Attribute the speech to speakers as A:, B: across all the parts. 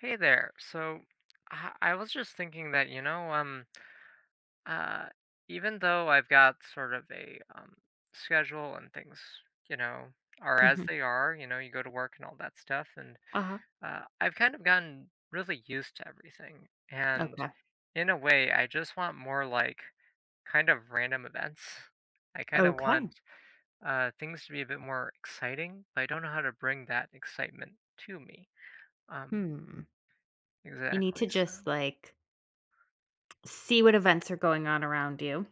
A: Hey there. So I was just thinking that, uh, even though I've got sort of a schedule and things, you know, are as
B: Mhm.
A: they are, you know, you go to work and all that stuff, and
B: Uh-huh.
A: I've kind of gotten really used to everything. And
B: Okay.
A: in a way, I just want more like kind of random events. I kind of
B: Okay.
A: want things to be a bit more exciting, but I don't know how to bring that excitement to me. Um,
B: Hmm. You need
A: exactly.
B: to
A: So.
B: just, like, see what events are going on around you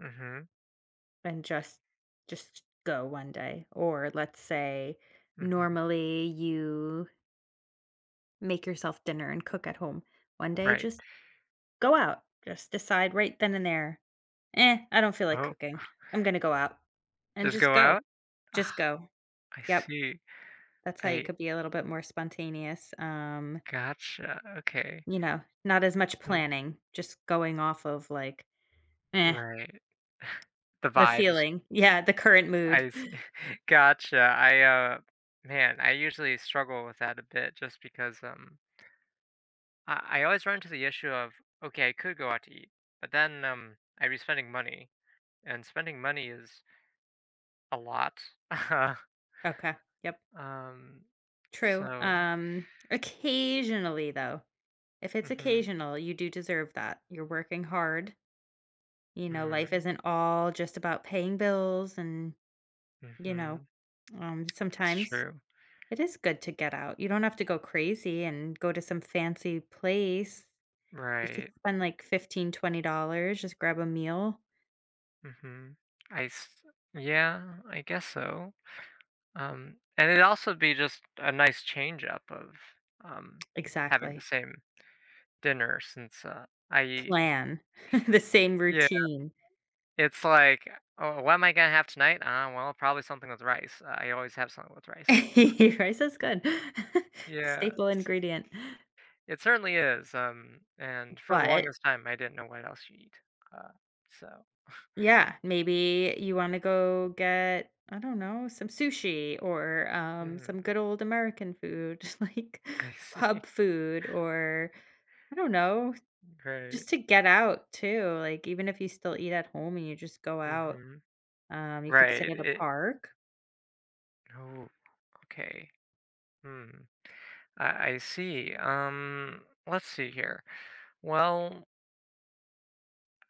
A: Mm-hmm.
B: and just go one day. Or let's say
A: Mhm.
B: normally you make yourself dinner and cook at home. One day,
A: Right.
B: just go out. Just decide right then and there, "Eh, I don't feel like
A: Oh,
B: cooking. I'm gonna go out." And
A: just
B: just
A: go
B: go.
A: out?
B: Just
A: Ah,
B: go.
A: I
B: Yep.
A: see.
B: That's how you
A: I
B: could be a little bit more spontaneous.
A: gotcha. Okay.
B: You know, not as much
A: Mhm.
B: planning, just going off of, like, eh,
A: Right. The
B: the
A: vibes.
B: feeling. Yeah, the current mood.
A: I see. Gotcha. Man, I usually struggle with that a bit just because, I always run into the issue of, okay, I could go out to eat, but then, I'd be spending money, and spending money is a lot.
B: Okay, yep,
A: Um,
B: true.
A: so,
B: Occasionally, though, if it's
A: mm-hmm.
B: occasional, you do deserve that. You're working hard, life
A: Mm,
B: isn't all just about paying bills and, you know,
A: mm-hmm. That's
B: sometimes
A: true.
B: it is good to get out. You don't have to go crazy and go to some fancy place. You could
A: Right.
B: spend, like, 15, $20 just grab a meal.
A: Mhm. I s yeah, I guess so. And it'd also be just a nice change up of, um, having the
B: Exactly.
A: same dinner since, I
B: Plan, the same
A: yeah,
B: routine.
A: it's like, "Oh, what am I gonna have tonight? Well, probably something with rice. I always have something with rice."
B: Rice is good.
A: Yeah.
B: Staple ingredient.
A: It certainly is, and for the
B: But,
A: longest time, I didn't know what else you eat. Uh, so
B: yeah, maybe you wanna go get, I don't know, some sushi or, some
A: mm,
B: good old American food, like
A: I see.
B: pub food or, I don't know,
A: Right.
B: just to get out too, like, even if you still eat at home and you just go out,
A: Mhm.
B: you could sit
A: Right,
B: at a
A: it
B: park.
A: oh, okay. Hmm. I see. Let's see here. Well,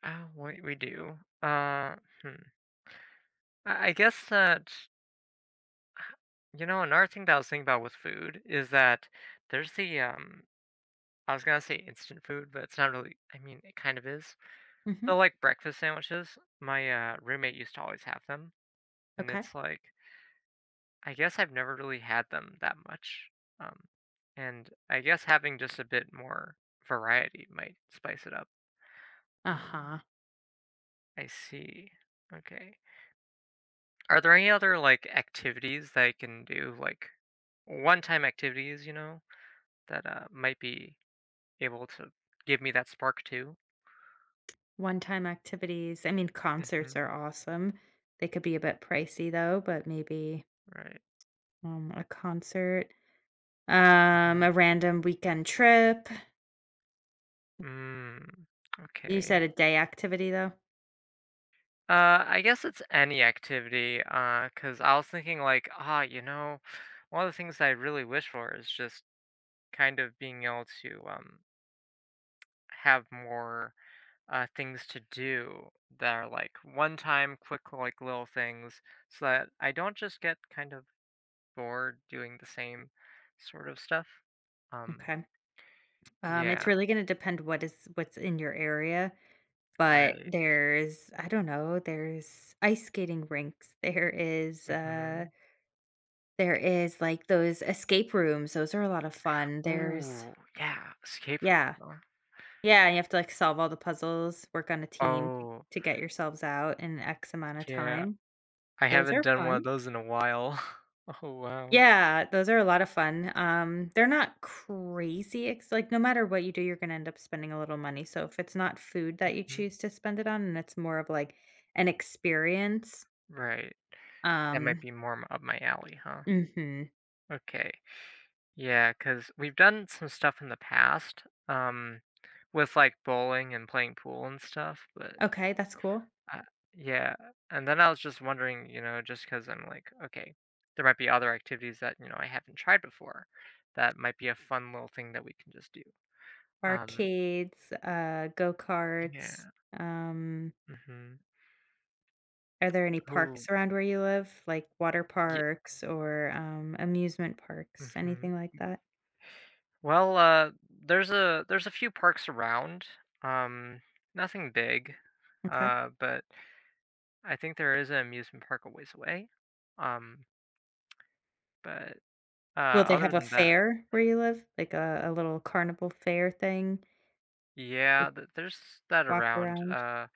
A: what we do? Hmm. I guess that you know another thing that I was thinking about with food is that there's the I was gonna say instant food, but it's not really. I mean, it kind of is. The
B: Mhm.
A: like breakfast sandwiches. My roommate used to always have them, and
B: Okay.
A: it's like I guess I've never really had them that much. Um, and I guess having just a bit more variety might spice it up. Um,
B: Uh-huh.
A: I see. Okay. Are there any other like activities that I can do, like one-time activities, you know, that might be able to give me that spark too?
B: One-time activities? I mean,
A: Mm-hmm.
B: concerts are awesome. They could be a bit pricey, though, but maybe,
A: Right.
B: a concert, a
A: Mhm.
B: random weekend trip.
A: Mm.
B: You said
A: Okay.
B: a day activity, though?
A: I guess it's any activity. Cause I was thinking like, ah, you know, one of the things I really wish for is just kind of being able to have more things to do that are like one time quick like little things so that I don't just get kind of bored doing the same sort of stuff. Um
B: Okay. It's
A: yeah,
B: really gonna depend what's in your area, but
A: right.
B: there's I don't know, there's ice skating rinks, there is, uh
A: Hmm.
B: there is, like, those escape rooms, those are a lot of fun. There's
A: Ooh, yeah, escape rooms.
B: Yeah.
A: Huh?
B: Yeah, and you have to, like, solve all the puzzles, work on a team to
A: Oh,
B: get yourselves out in X amount of
A: yeah.
B: time.
A: I
B: Those
A: haven't
B: are
A: done one of
B: fun.
A: those in a while. Oh wow.
B: Yeah, those are a lot of fun. They're not crazy ex like, no matter what you do, you're gonna end up spending a little money, so if it's not food that you
A: Hmm.
B: choose to spend it on and it's more of, like, an experience,
A: Right. That might
B: um
A: be more m- up my alley, huh?
B: Mhm.
A: Okay. Yeah, cuz we've done some stuff in the past. Um With, like, bowling and playing pool and stuff, but
B: Okay, that's cool.
A: I yeah, and then I was just wondering, you know, just because 'cause I'm like, "Okay, there might be other activities that, you know, I haven't tried before that might be a fun little thing that we can just do." Um,
B: Arcades, go-karts,
A: yeah,
B: um
A: mhm.
B: Are there any
A: Ooh,
B: parks around where you live, like water
A: ye
B: parks or, amusement parks,
A: mhm.
B: anything like that?
A: Well, there's a few parks around, um, nothing big,
B: Okay.
A: but I think there is an amusement park a ways away, um, but,
B: Will they have
A: other
B: a
A: than that
B: fair where you live? Like a little carnival fair thing? You
A: Yeah, there's that
B: walk
A: around.
B: around?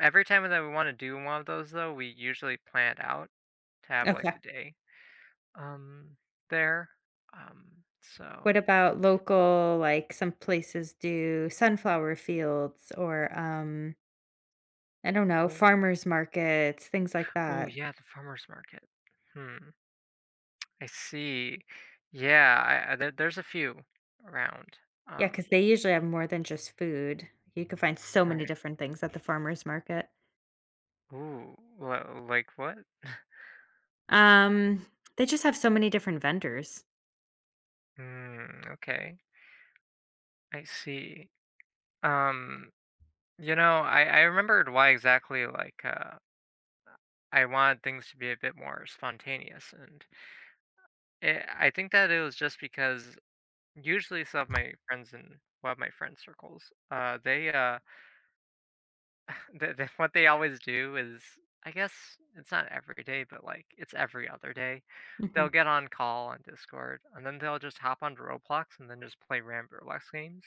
A: Every time that we want to do one of those, though, we usually plan it out to have like
B: Okay.
A: the day. Um, there.
B: What
A: So.
B: about local, like, some places do sunflower fields or, I don't know, farmers markets, things like
A: Oh,
B: that.
A: yeah, the farmers market. Hmm. I see. Yeah, there's a few around.
B: Yeah,
A: Um,
B: because they usually have more than just food. You can find so many
A: right.
B: different things at the farmers market.
A: Ooh, well, like what?
B: Um, they just have so many different vendors.
A: Hmm. Okay, I see. Um, you know, I remembered why exactly I wanted things to be a bit more spontaneous, and I think that it was just because usually some of my friends in one of my friend circles, they th th what they always do is, I guess it's not every day, but like it's every other day,
B: Mhm.
A: they'll get on call on Discord, and then they'll just hop onto Roblox and then just play random Roblox games,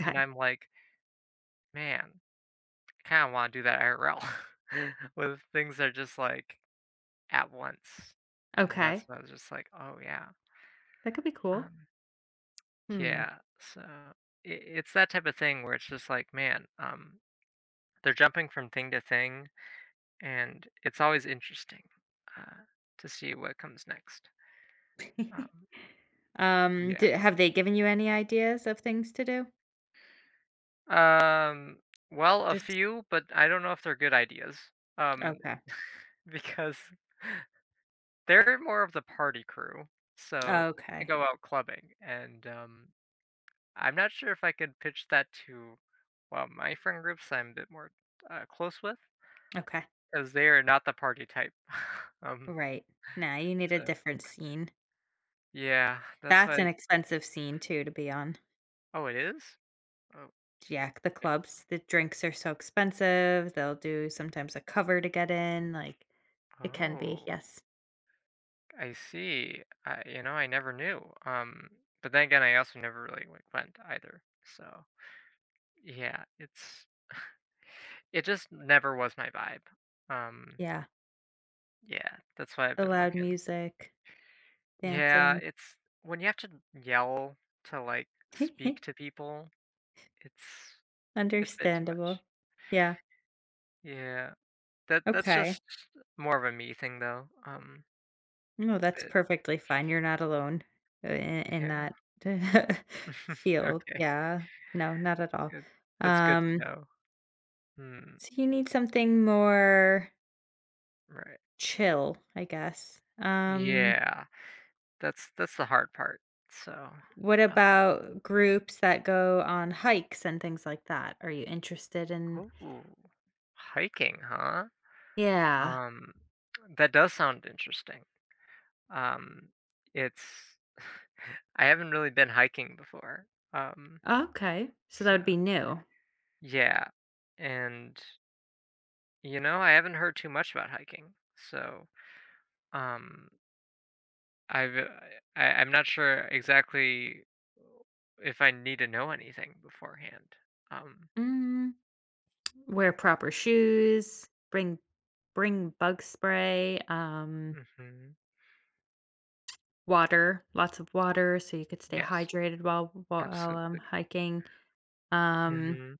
A: and I'm like, man, I kind of want to do that IRL, with things that are just like at once, and that's
B: Okay.
A: when I was just like, oh yeah.
B: That could be cool.
A: Um,
B: Hmm.
A: yeah, so I it's that type of thing where it's just like, man, they're jumping from thing to thing, and it's always interesting uh, to see what comes next. Um,
B: D
A: yeah.
B: have they given you any ideas of things to do?
A: Um, well, a
B: Just
A: few, but I don't know if they're good ideas. Um,
B: okay.
A: because they're more of the party crew, so they
B: Okay.
A: go out clubbing, and I'm not sure if I could pitch that to well my friend groups I'm a bit more close with
B: Okay.
A: 'Cause they are not the party type. Um,
B: Right. Nah, you need a
A: So
B: different scene.
A: yeah, that's
B: That's
A: why
B: an expensive scene too to be on.
A: Oh, it is? Oh,
B: Yeah, the
A: it
B: clubs, the drinks are so expensive. They'll do sometimes a cover to get in, like it can be.
A: oh,
B: Yes.
A: I see. I you know, I never knew. But then again, I also never really, like, went either. So, yeah, it's it just never was my vibe. Um,
B: Yeah.
A: yeah, that's why I've
B: The
A: been
B: loud
A: looking.
B: music,
A: Yeah,
B: dancing.
A: it's when you have to yell to, like, speak to people, it's it's a bit too
B: Understandable.
A: much.
B: Yeah,
A: Yeah. That's
B: okay.
A: just more of a me thing though,
B: No, that's
A: but
B: perfectly fine, you're not alone I in
A: yeah.
B: that field,
A: Okay,
B: yeah. No, not at all.
A: good. That's good to
B: Um,
A: know. Hmm,
B: so you need something more
A: right.
B: chill, I guess. Um,
A: Yeah, that's the hard part, so,
B: what about groups that go on hikes and things like that? Are you interested in?
A: ooh, hiking, huh?
B: Yeah,
A: Um, that does sound interesting. Um, it's I haven't really been hiking before, um,
B: okay, so that
A: so
B: would be new.
A: yeah, and, you know, I haven't heard too much about hiking, so, um I've I'm not sure exactly if I need to know anything beforehand. Um,
B: Mm. Wear proper shoes, bring bug spray,
A: mhm.
B: water, lots of water so you could stay
A: Yes,
B: hydrated while
A: absolutely.
B: hiking. Um,
A: Mhm.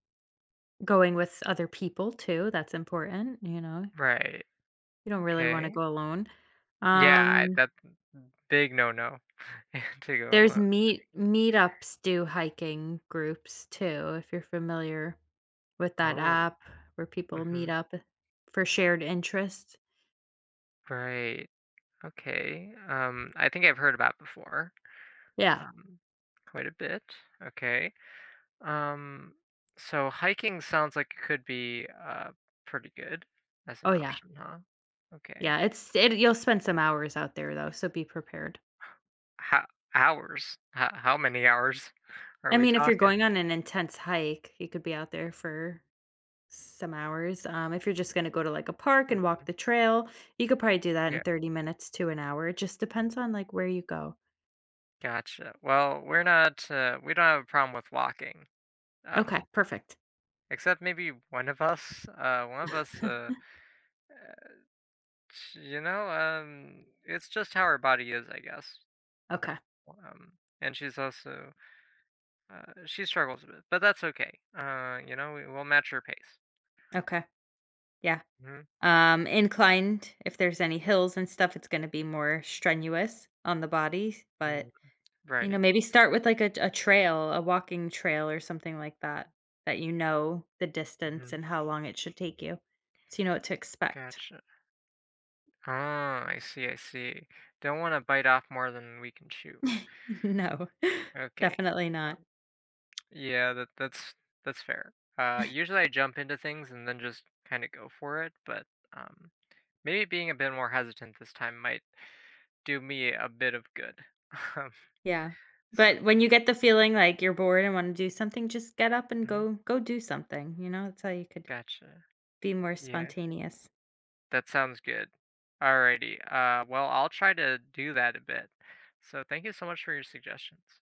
B: going with other people too, that's important, you know.
A: Right.
B: You don't really wanna
A: Okay.
B: go alone.
A: Yeah, I,
B: Um,
A: that mm, big no-no to go
B: there's
A: alone.
B: meetups do hiking groups too, if you're familiar with that
A: Oh.
B: app where people meet
A: Mhm.
B: up for shared interests.
A: Right. Okay. I think I've heard about before.
B: Yeah.
A: Um, quite a bit. Okay. Um, so hiking sounds like it could be pretty good as an
B: Oh, yeah.
A: option, huh? Okay.
B: Yeah, it's it you'll spend some hours out there though, so be prepared.
A: How hours? How many hours are
B: I
A: we
B: mean, if you're
A: talking?
B: going on an intense hike, you could be out there for some hours. If you're just gonna go to like a park and walk
A: Mhm.
B: the trail, you could probably do that in
A: Yeah,
B: 30 minutes to an hour. It just depends on like where you go.
A: gotcha. Well, we're not we don't have a problem with walking.
B: Okay,
A: Um,
B: perfect.
A: except maybe one of us, you know, it's just how her body is, I guess.
B: Okay.
A: Um, and she's also she struggles a bit, but that's okay. You know, we'll match her pace.
B: Okay. Yeah.
A: Mhm.
B: Inclined, if there's any hills and stuff, it's going to be more strenuous on the body, but
A: Mm,
B: you know,
A: right.
B: maybe start with like a trail, a walking trail or something like that, that you know the distance
A: Mhm.
B: and how long it should take you, so you know what to expect.
A: Gotcha. Oh, I see, I see. Don't wanna bite off more than we can chew.
B: No,
A: Okay.
B: definitely not.
A: Yeah, that's fair. Usually I jump into things and then just kinda go for it, but um, maybe being a bit more hesitant this time might do me a bit of good. Um,
B: Yeah.
A: so,
B: But when you get the feeling like you're bored and wanna do something, just get up and
A: mhm,
B: go do something, you know? That's how you could
A: gotcha.
B: be more
A: Yeah,
B: spontaneous.
A: that sounds good. Alrighty. Well, I'll try to do that a bit. So thank you so much for your suggestions.